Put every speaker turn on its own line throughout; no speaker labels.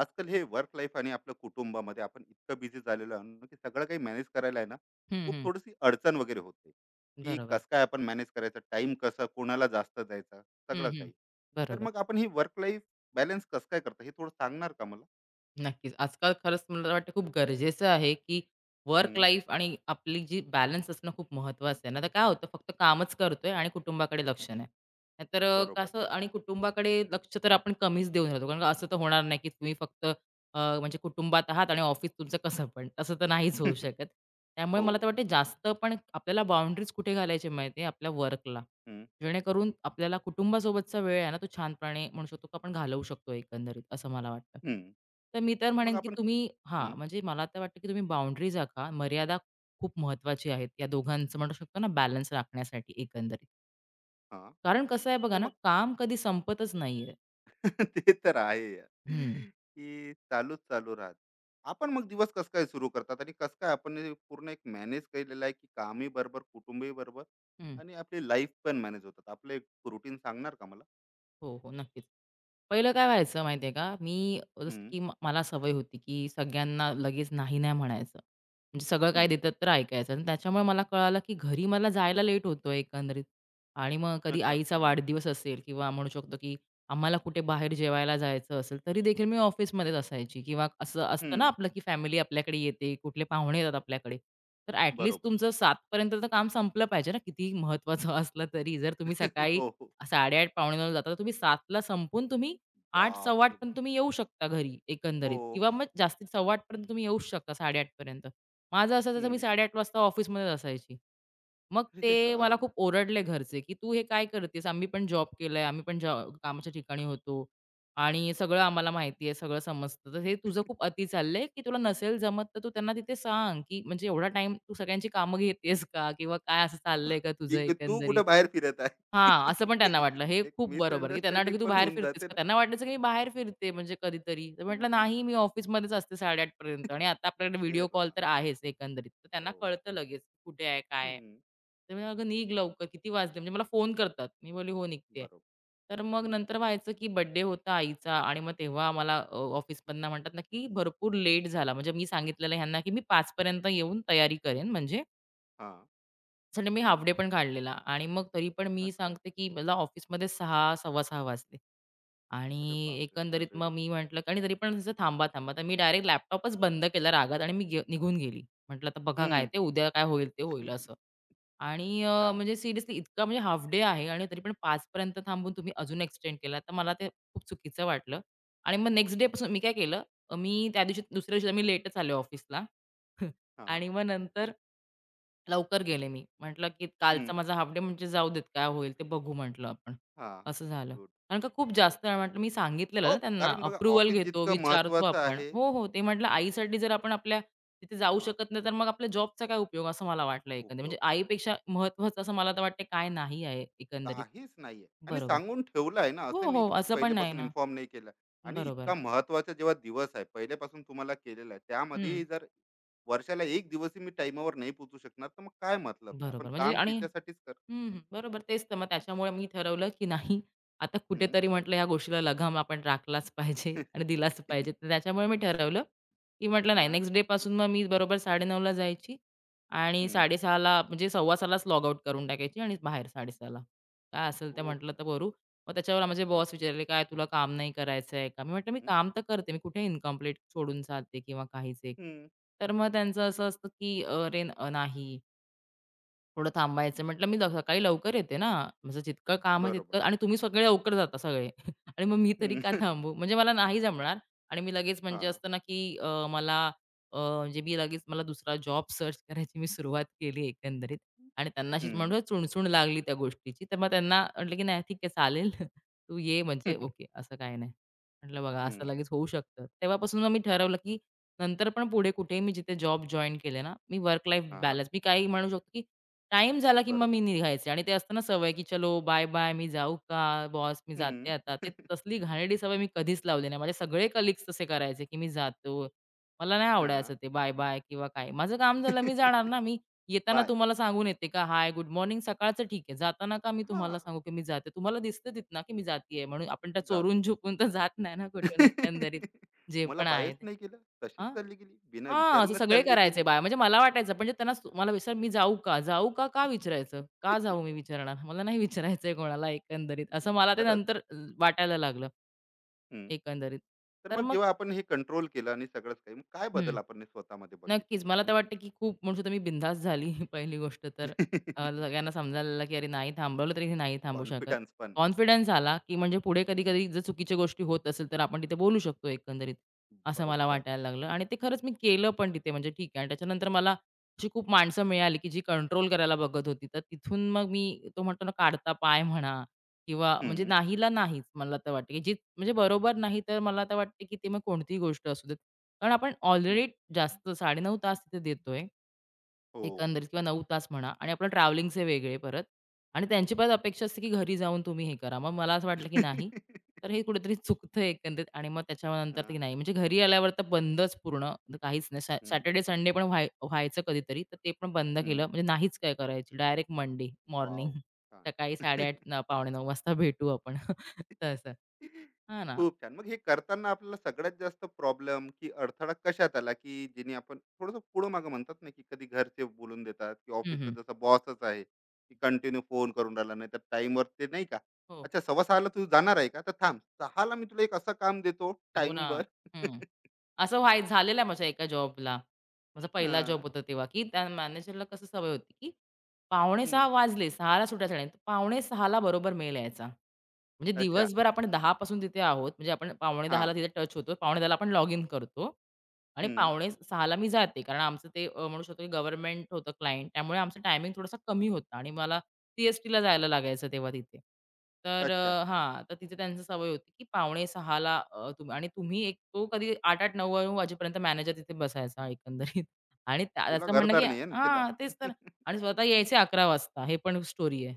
आजकाल हे work life आणि आपल्या कुटुंबामध्ये आपण इतकं बिझी झालेलो आहोत की सगळं काही मॅनेज करायला आहे ना,
हं,
खूप
हं.
थोडीशी अडचण वगैरे होते. की
बरोबर.
कसं काय आपण मॅनेज करायचं, टाइम कसं कोणाला जास्त द्यायचा,
हं,
सगळं
हं.
काही. तर
बरोबर.
मग आपण ही वर्क लाईफ बॅलन्स कसं काय करता, हे थोडं सांगणार का मला?
नक्कीच. आजकाल खरंच मला वाटतं खूप गरजेचं आहे, की वर्क
हम्म,
लाईफ आणि आपली जी बॅलन्स असणं खूप महत्त्वाचं आहे. नाहीतर काय होतं फक्त कामच करतोय आणि कुटुंबाकडे लक्ष नाही. नाहीतर
बरोबर.
कसं आणि कुटुंबाकडे लक्ष तर आपण कमीच देऊन राहतो. कारण का असं तर होणार नाही, की तुम्ही फक्त म्हणजे कुटुंबात आहात आणि ऑफिस तुमचं कसं पण. तसं तर नाहीच होऊ शकत. त्यामुळे
हो.
मला तर वाटतं जास्त पण आपल्याला बाउंडरीज कुठे घालायची माहिती आहे आपल्या वर्कला.
हम्म,
जेणेकरून आपल्याला कुटुंबासोबतचा वेळ आहे ना, तो छानपणे म्हणू शकतो की आपण घालवू शकतो एकंदरीत, असं मला वाटतं.
हम्म.
तर मी तर
तर मग
म्हणेन की
आपण.
तुम्ही हां,
हम्म,
म्हणजे मला तर वाटतं की तुम्ही बाउंडरीज आखा. मर्यादा खूप महत्वाची आहेत. या दोघांचं म्हणू शकतो ना बॅलन्स राखण्यासाठी एकंदरीत.
हा.
कारण कसं आहे बघा
तर
ना,
मग
काम कधी संपतच नाहीये.
ते तर आहे यार,
हं,
की चालूच राहत. आपण मग दिवस कसं काय सुरू करतात आणि कसं काय आपण हे पूर्ण एक मॅनेज केलेलं आहे, की कामही बरोबर, कुटुंबही बरोबर
हं.
आणि आपली लाईफ पण मॅनेज होतात. आपलं एक रुटीन सांगणार का मला?
हो, हो. नक्कीच. पहिलं काय व्हायचं माहिती आहे का, मी जसं
हं,
की मला सवय होती, की सगळ्यांना लगेच नाही, नाही म्हणायचं. म्हणजे सगळं काय
हं.
देतात तर ऐकायचं आणि त्याच्यामुळे मला कळालं, की घरी मला जायला लेट होतोय एकंदरीत आणि मग कधी
अच्छा.
आईचा
हं,
वाढदिवस असेल किंवा म्हणू शकतो, की आम्हाला कुठे बाहेर जेवायला जायचं असेल, तरी देखील मी ऑफिसमध्येच असायची किंवा असं असतं ना
हं.
आपलं, की फॅमिली आपल्याकडे येते, कुठले पाहुणे येतात आपल्याकडे. तर ॲट
बरोबर.
तुमचं 7 तर काम संपलं पाहिजे ना, कितीही महत्त्वाचं असलं तरी. जर तुम्ही सकाळी
हो, हो.
8:30 पावणे 9 जाता, तर तुम्ही 7 ला तुम्ही 8, 8:15
बापरे
पण
बाप!
तुम्ही येऊ शकता घरी
हो.
एकंदरीत किंवा मग जास्तीत 8:15 पर्यंत तुम्ही येऊच शकता 8:30 पर्यंत. माझं असं असायचं मी
हं.
8:30 वाजता ऑफिसमध्येच असायची. मग ते
अरे
मला
राम!
खूप ओरडले घरचे, की "तू हे काय करतेस? आम्ही पण जॉब केलाय, आम्ही पण जॉ कामाच्या ठिकाणी होतो आणि सगळं आम्हाला माहिती आहे, सगळं समजतं. तर हे तुझं खूप अति चाललंय, की तुला नसेल जमत तर तू त्यांना तिथे सांग, की म्हणजे एवढा टाईम तू सगळ्यांची कामं घेतेस का? किंवा काय असं चाललंय का तुझं
की तू
एकंदरीत?"
कुठे बाहेर फिरत आहे.
हां, असं पण त्यांना वाटलं. हे
एक
खूप बरोबर, की त्यांना वाटलं, की
मिसअंडरस्टँडिंग
तू
पण
बाहेर
होऊन
फिरतेस
जाते
का?
ना.
त्यांना वाटायचं, की मी बाहेर फिरते म्हणजे कधीतरी. तर म्हटलं, "नाही, मी ऑफिसमध्येच असते 8:30 पर्यंत आणि
हे
आता आपल्याकडे व्हिडिओ कॉल
राम!
तर आहेच एकंदरीत." तर त्यांना
हो.
कळतं लगेच कुठे आहे, काय आहे.
हं.
तर मी म्हणाले, "अगं निघ लवकर, किती वाजले?" म्हणजे मला फोन करतात. मी बोलली, "हो, निघते."
बरोबर.
तर मग
हं.
नंतर व्हायचं, की बर्थडे होता आईचा आणि मग तेव्हा मला ऑफिसमधनं म्हणतात ना, की भरपूर लेट झाला. म्हणजे मी सांगितलेलं ह्यांना, की मी 5 येऊन तयारी करेन म्हणजे
हां.
साठी मी हाल्फ डे पण काढलेला आणि मग तरी पण मी
अच्छा.
सांगते, की मला ऑफिसमध्ये 6, 6:15 वाजले
अरे
आणि
बापरे!
एकंदरीत मग
ऑलरेडी
मी
लेट.
म्हटलं आणि तरी पण असं थांबा-थांबा. तर मी डायरेक्ट लॅपटॉपच बंद केला रागात आणि मी निघून गेली. म्हटलं आता बघा काय
हं.
ते उद्या काय होईल ते होईल असं. आणि
छान.
म्हणजे सिरियसली इतका म्हणजे हाल्फ डे आहे आणि तरी पण 5 पर्यंत थांबून तुम्ही अजून एक्सटेंड केला, तर मला ते खूप चुकीचं वाटलं. आणि मग
हो
नेक्स्ट
ना.
डे पासून मी काय केलं, मी त्या दिवशी दुसऱ्या दिवशी मी लेटच आले ऑफिसला
हां.
आणि मग नंतर लवकर गेले मी. म्हटलं, की
हं.
कालचा माझा हाल्फ डे म्हणजे जाऊ देत काय होईल ते बघू म्हटलं आपण.
हां.
असं झालं.
गुड.
कारण का खूप जास्त वेळा म्हटलं मी सांगितलेलं ना
हो,
त्यांना
कारण बघा
अप्रूव्हल
ऑफिस
घेतो,
जितकं
विचारतो
महत्त्वाचं
आपण.
आहे,
हो, हो. ते म्हटलं आईसाठी जर आपण आपल्या तिथे जाऊ
मग
शकत नाही, तर मग आपल्या जॉबचा काय उपयोग असं मला वाटलं एकंदरीत. म्हणजे
उपयोग
आईपेक्षा महत्त्वाचं असं मला तर वाटते काय नाही आहे एकंदरीत.
काहीच नाहीये. आणि
बरोबर.
सांगून ठेवलं आहे ना,
हो,
असं नाही
हो.
की
असं पण नाही
पहिल्यापासून
ना.
इन्फॉर्म नाही केलं. आणि
बरोबर.
इतका महत्वाचा जेव्हा दिवस आहे, पहिल्यापासून तुम्हाला केलेला आहे,
हं.
त्यामध्येही जर वर्षाला 1 दिवसही मी टाईमावर नाही पोहोचू शकणार, तर मग काय मतलब आहे? आपण
बरोबर. म्हणजे
काम
आणि
त्याच्यासाठीच कर.
हं, हं. बरोबर. तेच तर मग त्याच्यामुळे मी ठरवलं, की नाही आता
हं.
कुठेतरी म्हटलं ह्या गोष्टीला लगाम आपण राखलाच पाहिजे आणि दिलाच पाहिजे. तर त्याच्यामुळे मी ठरवलं, की म्हटलं नाही
हां.
नेक्स्ट डेपासून मग मी बरोबर 9:30ला जायची आणि
हं.
6:30ला म्हणजे 6:15लाच लॉग आउट करून टाकायची आणि बाहेर 6:30ला. काय असेल ते
खूप
म्हटलं
छान.
तर करू. मग त्याच्यावर माझे बॉस विचारले, "काय तुला काम नाही करायचं आहे का?" मी म्हटलं, "मी
हं,
काम तर करते. मी कुठे इन्कम्प्लीट सोडून जाते किंवा काहीच एक."
हं,
तर मग त्यांचं असं असतं, की "अरे, नाही." थोडं थांबायचं. म्हटलं मी सकाळी लवकर येते ना, माझं जितकं काम आहे
बरोबर.
तितकं आणि तुम्ही सगळे लवकर जाता सगळे आणि मग मी तरी का
हं,
थांबू? म्हणजे मला नाही जमणार आणि मी लगेच म्हणजे
हां.
असतं ना, की मला म्हणजे मी लगेच मला दुसरा जॉब सर्च करायची मी सुरुवात केली एकंदरीत आणि त्यांना अशी
हं,
म्हणून चुणचुण लागली त्या गोष्टीची. तर मग त्यांना म्हटलं, की "नाही ठीक आहे चालेल, तू ये
हं,
म्हणजे
हां,
ओके, असं काही नाही." म्हटलं बघा असं लगेच होऊ शकतं. तेव्हापासून मग मी ठरवलं, की नंतर पण पुढे कुठेही मी जिथे जॉब जॉइन केले ना, मी वर्क लाईफ बॅलन्स मी काही म्हणू शकतो, की टाईम झाला की मग
बरोबर.
मी निघायचे आणि ते असतं ना सवय, की चलो बाय-बाय, मी जाऊ का? बॉस, मी जाते
हं,
आता. ते तसली घाणेरडी सवय मी कधीच लावली नाही. माझे सगळे कलीग्स तसे करायचे, की मी जातो. मला नाही
हां.
आवडायचं ते बाय-बाय किंवा काय. माझं काम झालं मी जाणार ना. मी येताना
बाय.
तुम्हाला सांगून येते का हाय, गुड मॉर्निंग सकाळचं ठीक आहे. जाताना का मी तुम्हाला
हां,
सांगू की मी जाते. तुम्हाला दिसतं तिथनं की मी जातीये म्हणून आपण त्या
जातं.
चोरून-छुपून तर जात नाही ना कुठून एकंदरीत जे
मला
पण आहे
बायच
ते.
नाही केलं. तशीच
हां.
चालली गेली. बिना
हां, असं
विचारूनच
सगळे
चालली
करायचे
गेली.
बाया. म्हणजे मला वाटायचं म्हणजे त्यांना मला विचार मी जाऊ का? जाऊ का? का विचारायचं? का जाऊ मी विचारणार? मला नाही विचारायचंय कोणाला एकंदरीत.
नाही,
असं
नाही,
मला ते
खरंच.
नंतर वाटायला लागलं.
हं.
एकंदरीत.
तर
तर
मग
मग
जेव्हा आपण हे कंट्रोल केलं आणि सगळंच काही, मग काय
हं.
बदल आपण हे स्वतःमध्ये बघितला?
नक्कीच. मला तर
आणि
वाटतं, की खूप म्हणू शकतो मी बिनधास्त झाली पहिली गोष्ट तर. सगळ्यांना समजायला लागलं, की अरे नाही थांबवलं तरी हे नाही थांबू शकत.
कॉन्फिडन्स पण.
कॉन्फिडन्स आला, की म्हणजे पुढे
हं,
कधी-कधी जर चुकीच्या गोष्टी होत असेल, तर आपण तिथे बोलू शकतो एकंदरीत, असं मला
बरोबर.
वाटायला लागलं. आणि ते खरंच मी केलं पण तिथे म्हणजे ठीक आहे. आणि त्याच्यानंतर मला अशी खूप माणसं मिळाली, की जी कंट्रोल करायला बघत होती. तर तिथून मग मी तो म्हणतो ना काढता पाय म्हणा किंवा म्हणजे
हं,
नाहीला नाहीच मला तर वाटतं, की जी म्हणजे बरोबर नाही तर मला तर वाटतं, की ते मग कोणतीही गोष्ट असू दे. कारण आपण
हं.
ऑलरेडी जास्त 9.5 तास तिथे देतोय
हो,
एकंदरीत किंवा 9 तास म्हणा आणि आपलं ट्रॅव्हलिंगचे वेगळे परत आणि
मग.
त्यांची परत अपेक्षा असते की घरी जाऊन तुम्ही हे करा. मग मला असं वाटलं की नाही, तर हे कुठेतरी चुकतंय एकंदरीत आणि मग त्याच्यानंतर
हां,
ते नाही. म्हणजे घरी आल्यावर तर बंदच पूर्ण काहीच नाही.
हं,
सॅटर्डे, संडे पण व्हायचं कधीतरी, तर ते पण बंद
हं.
केलं. म्हणजे नाहीच काय करायची. Direct Monday morning
wow! छान.
सकाळी 8:30 पावणे 9 वाजता भेटू आपण. तसं. हां ना.
खूप छान. मग हे करताना आपल्याला सगळ्यात जास्त प्रॉब्लेम की अडथळा कशात आला, की जेणे आपण थोडंसं पुढं-मागं म्हणतात ना, की कधी घरचे बोलून देतात की
हं,
ऑफिसचा
हं.
जसा बॉसच आहे, की कंटिन्यू फोन करून राहिला, नाहीतर टाईमवर ते नाही का,
हो.
"अच्छा, 6:15 ला तू जाणार आहे का? तर थांब, 6 मी तुला एक असं काम देतो
हो ना.
टाईमवर."
हं. असं व्हाय झालेलं आहे माझ्या एका जॉबला. माझा पहिला जॉब
हां.
होता तेव्हा, की त्या मॅनेजरला कसं सवय होती, की पावणे
हं.
6 वाजले, 6 ला सुटायचा पावणे 6 बरोबर मेल यायचा. म्हणजे
अच्छा.
दिवसभर आपण 10 पासून तिथे आहोत. म्हणजे आपण पावणे 10 ला
हां.
तिथे टच होतो. पावणे 10 ला आपण लॉग इन करतो आणि
हं.
पावणे 6 मी जाते. कारण आमचं ते म्हणू शकतो की गव्हर्नमेंट होतं क्लायंट त्यामुळे आमचा टायमिंग थोडासा कमी होता आणि मला सी-एस-टीला जायला लागायचं तेव्हा तिथे. तर
अच्छा.
हां, तर तिथे त्यांची सवय होती, की पावणे 6ला तुम्ही आणि तुम्ही एक तो कधी 8-8, 9-9 वाजेपर्यंत मॅनेजर तिथे बसायचा एकंदरीत आणि त्या
तुला
त्याचं म्हणणं, की
घरदार नाही आहे ना तिला.
हां, तेच तर आणि स्वतः यायचे 11 वाजता. हे पण स्टोरी आहे.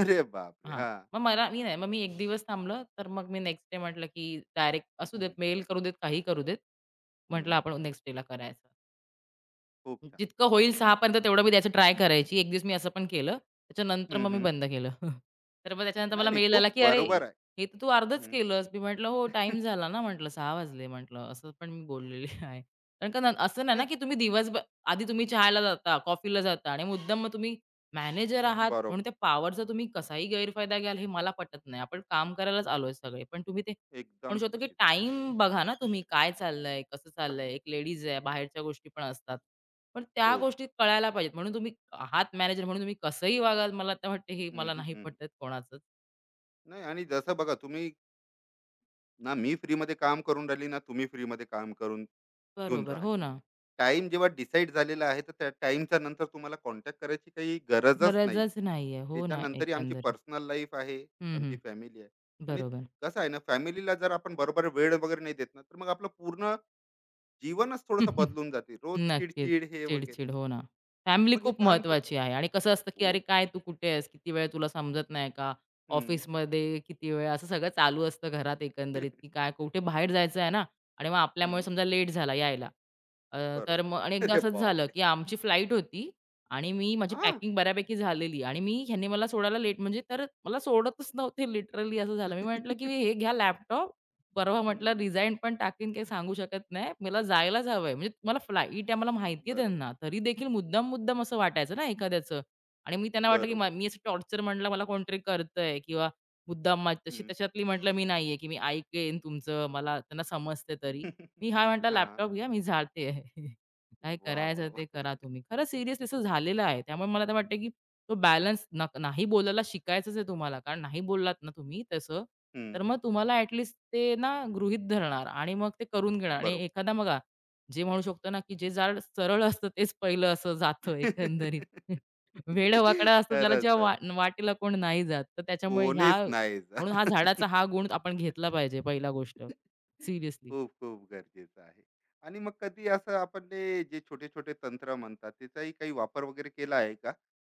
अरे बापरे!
हां,
हां.
मग मला मी नाही, मग मी 1 दिवस थांबलं, तर मग मी नेक्स्ट डे म्हटलं, की डायरेक्ट असू
हं.
देत, मेल करू देत, काही करू देत. म्हटलं
हं.
आपण नेक्स्ट डेला करायचं.
खूप छान.
जितकं होईल 6 पर्यंत तेवढं मी द्यायचं ट्राय करायची. एक दिवस मी असं पण केलं. त्याच्यानंतर मग मी बंद केलं. तर मग त्याच्यानंतर
नाही,
मला
नाही.
मेल आला,
खूप
की "अरे,
बरोबर आहे.
हे तर तू अर्धच
हं.
केलंस." मी म्हटलं, "हो, टाइम झाला ना," म्हटलं, "6 वाजले," म्हटलं, असं पण मी बोललेली आहे. कारण का असं नाही ना,
नाही,
की तुम्ही दिवसभर आधी तुम्ही चहाला जाता, कॉफीला जाता आणि मुद्दाम मग तुम्ही मॅनेजर आहात म्हणून
बरोबर.
त्या पॉवरचा तुम्ही कसाही गैरफायदा घ्याल, हे मला पटत नाही. आपण काम करायलाच आलोय सगळे. पण तुम्ही ते म्हणू
एकदम
शकतो, की
चुकीचं आहे.
टाईम बघा ना तुम्ही, काय चाललंय, कसं चाललंय. एक लेडीज आहे, बाहेरच्या गोष्टी पण असतात. पण त्या
हो.
गोष्टी कळायला पाहिजेत. म्हणून तुम्ही आहात मॅनेजर म्हणून तुम्ही कसंही वागाल मला तर वाटते हे
हं,
मला
हं,
नाही
हं.
पटत कोणाचंच.
नाही, आणि जसं बघा तुम्ही, ना मी फ्रीमध्ये काम करून राहिली ना तुम्ही फ्रीमध्ये काम करून घेऊन
बरोबर.
राहिले.
हो ना.
टाइम जेव्हा डिसाईड झालेला आहे, तर त्या टाईमच्या नंतर तुम्हाला कॉन्टॅक्ट करायची काही गरजच नाही.
गरजच नाहीये. हो ना,
त्याच्यानंतरही आमची
एकंदरीत.
पर्सनल लाईफ आहे,
हं, हं.
आमची फॅमिली आहे आणि
बरोबर.
कसं आहे ना, फॅमिलीला जर आपण बरोबर वेळ वगैरे नाही देत ना, तर मग आपलं पूर्ण जीवनच थोडंसं बदलून जाते. रोज
नक्कीच.
चिड हे वगैरे.
चिड-चिड. हो ना. फॅमिली
मग हे
खूप
काम क.
महत्त्वाची आहे आणि कसं असतं, की "अरे
हो.
काय तू कुठे आहेस? किती वेळ तुला समजत नाही का?
हं.
ऑफिसमध्ये किती वेळ?" असं सगळं चालू असतं घरात एकंदरीत, की काय कुठे बाहेर जायचं आहे ना आणि मग
हं.
आपल्यामुळे समजा लेट झाला यायला. अ, तर मग
बरोबर.
आणि एकदा
अरे
असंच झालं,
बापरे!
की आमची फ्लाइट होती आणि मी माझी
हां.
पॅकिंग बऱ्यापैकी झालेली आणि मी ह्यांनी मला सोडायला लेट म्हणजे तर मला सोडतच नव्हते लिटरली असं झालं. मी म्हटलं, की "हे घ्या लॅपटॉप परवा म्हटलं
हं.
रिझाइन पण टाकीन काही सांगू शकत नाही. मला जायलाच हवंय. म्हणजे मला फ्लाइट आहे मला माहिती
बरोबर,
त्यांना. तरी देखील मुद्दाम-मुद्दाम असं वाटायचं ना एखाद्याचं आणि मी त्यांना वाटलं, की
बरोबर.
मी असं टॉर्चर म्हटलं मला कोणतरी करतंय किंवा मुद्दाम तशी
हं.
त्याच्यातली म्हटलं मी नाहीये, की मी ऐकेन तुमचं मला त्यांना समजते तरी. मी हा म्हटला
हां.
लॅपटॉप घ्या मी जाते. काय
वाह, वाह,
करायचं ते
वाह!
करा तुम्ही. खरं सिरियसली असं झालेलं आहे. त्यामुळे मला तर वाटतं, की तो बॅलन्स नाही बोलायला शिकायचंच आहे तुम्हाला. कारण नाही बोललात ना तुम्ही तसं,
हं.
तर मग तुम्हाला ते ना गृहीत धरणार आणि मग ते करून घेणार आणि
बरोबर.
एखादा बघा, जे म्हणू शकतो ना, की जे झाड सरळ असतं तेच पहिलं असं जातं एकंदरीत. वेडं-वाकडं असतं त्याला जेव्हा
खरंच आहे.
वाटेला कोण नाही जात. तर त्याच्यामुळे ह्या
कोणीच नाही जा.
म्हणून हा झाडाचा हा गुण आपण घेतला पाहिजे पहिला गोष्ट. सिरियसली.
खूप खूप गरजेचं आहे. आणि मग कधी असं आपण ते जे छोटे-छोटे तंत्र म्हणतात त्याचाही काही वापर वगैरे केला आहे का?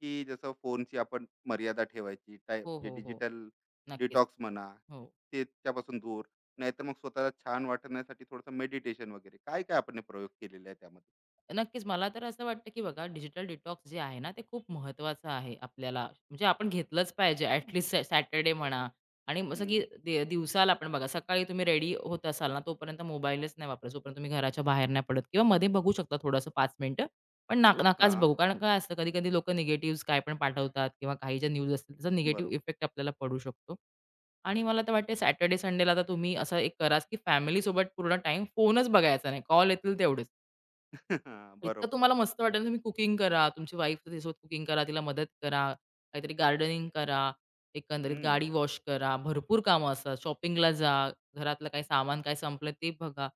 की जसं फोनची आपण मर्यादा ठेवायची, टाय
हो,
जे
हो, हो.
डिजिटल
नक्कीच.
डिटॉक्स म्हणा,
हो.
ते त्यापासून दूर, नाहीतर मग स्वतःला छान वाटण्यासाठी थोडंसं मेडिटेशन वगैरे, काय-काय आपण हे प्रयोग केलेले आहे त्यामध्ये?
नक्कीच. मला तर असं वाटतं, की बघा डिजिटल डिटॉक्स जे आहे ना, ते खूप महत्त्वाचं आहे आपल्याला. म्हणजे आपण घेतलंच पाहिजे ॲटलीस्ट सॅटर्डे म्हणा आणि जसं की
हं.
दिवसाला आपण बघा सकाळी तुम्ही रेडी होत असाल ना, तोपर्यंत मोबाईलच नाही वापरायचा. जोपर्यंत तुम्ही घराच्या बाहेर नाही पडत किंवा मध्ये बघू शकता थोडंसं 5 मिनिटं. पण ना नकाच
हां.
बघू. कारण काय असतं कधी-कधी लोकं निगेटिव्हज काय पण पाठवतात किंवा काही ज्या न्यूज असतील त्याचा निगेटिव्ह
बरोबर.
इफेक्ट आपल्याला पडू शकतो. आणि मला तर वाटते सॅटर्डे संडेला तर तुम्ही असं एक कराच, की फॅमिलीसोबत पूर्ण टाईम फोनच बघायचा नाही. कॉल येतील तेवढेच.
हां.
इतकं
बरोबर.
तुम्हाला मस्त वाटेल तुम्ही कुकिंग करा, तुमची वाईफ तिच्यासोबत कुकिंग करा, तिला मदत करा, काहीतरी गार्डनिंग करा, एकंदरीत गाडी
हं.
वॉश करा, भरपूर कामं असतात. शॉपिंगला जा, घरातलं काही सामान काय संपलं ते बघा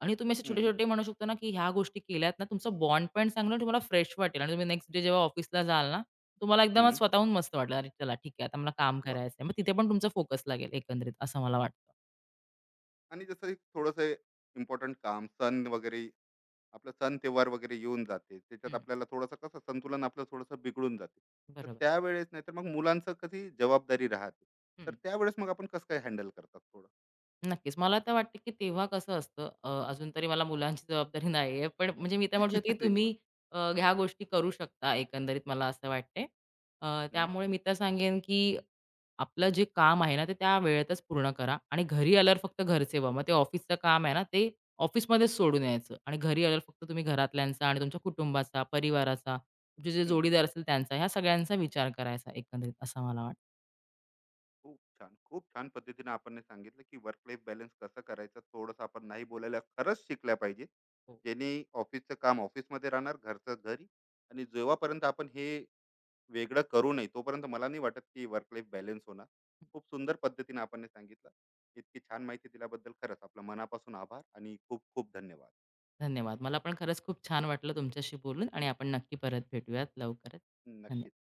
आणि तुम्ही असे
हं.
छोटे-छोटे म्हणू शकता ना, की ह्या गोष्टी केल्यात ना, तुमचा बॉन्ड पण चांगला आणि तुम्हाला फ्रेश वाटेल आणि तुम्ही नेक्स्ट डे जेव्हा ऑफिसला जाल ना, तुम्हाला एकदमच
हं.
स्वतःहून मस्त वाटेल, "अरे चला ठीक आहे, आता मला काम
वाह!
करायचंय." मग तिथे पण तुमचा फोकस लागेल एकंदरीत असं मला वाटतं.
आणि जसं एक थोडंसं काम, सण वगैरे, आपलं सण त्योहार वगैरे येऊन जाते त्याच्यात
हं,
आपल्याला थोडंसं कसं संतुलन आपलं थोडंसं बिघडून जाते, तर
बरोबर.
त्यावेळेस, नाही तर मग मुलांचं कधी जबाबदारी राहते, तर
हं.
त्यावेळेस मग आपण कसं काय हँडल करतात थोडं?
नक्कीच. मला तर वाटतं, की तेव्हा कसं असतं अजून तरी मला मुलांची जबाबदारी नाही आहे. पण म्हणजे मी तर म्हणू शकते, की
अरे वा.
तुम्ही ह्या गोष्टी करू शकता एकंदरीत मला असं वाटते.
हम्म,
त्यामुळे मी तर सांगेन, की आपलं जे काम आहे ना, ते त्या वेळेतच पूर्ण करा आणि घरी आल्यावर फक्त घरचे व्हा. मग ते ऑफिसचं काम आहे ना, ते ऑफिसमध्येच सोडून यायचं आणि घरी आल्यावर फक्त तुम्ही घरातल्यांचा आणि तुमच्या कुटुंबाचा, परिवाराचा, तुमचे जे
हम्म.
जोडीदार असतील त्यांचा, ह्या सगळ्यांचा विचार करायचा एकंदरीत असं मला वाटतं.
खूप छान, खूप छान पद्धतीने आपण हे सांगितलं, की वर्क लाईफ बॅलन्स कसं करायचं. थोडंसं आपण नाही बोलायला खरंच शिकल्या पाहिजे,
हो.
ज्याने ऑफिसचं काम ऑफिसमध्ये राहणार, घरचं घरी. आणि जेव्हापर्यंत आपण हे वेगळं करू नये, तोपर्यंत मला नाही वाटत की वर्क लाईफ बॅलन्स होणार. खूप सुंदर पद्धतीने आपण हे सांगितलं. इतकी छान माहिती दिल्याबद्दल खरंच आपलं मनापासून आभार आणि खूप खूप धन्यवाद.
धन्यवाद. मला पण खरंच खूप छान वाटलं तुमच्याशी बोलून आणि आपण नक्की परत भेटूयात लवकरच. धन्यवाद.
नक्कीच.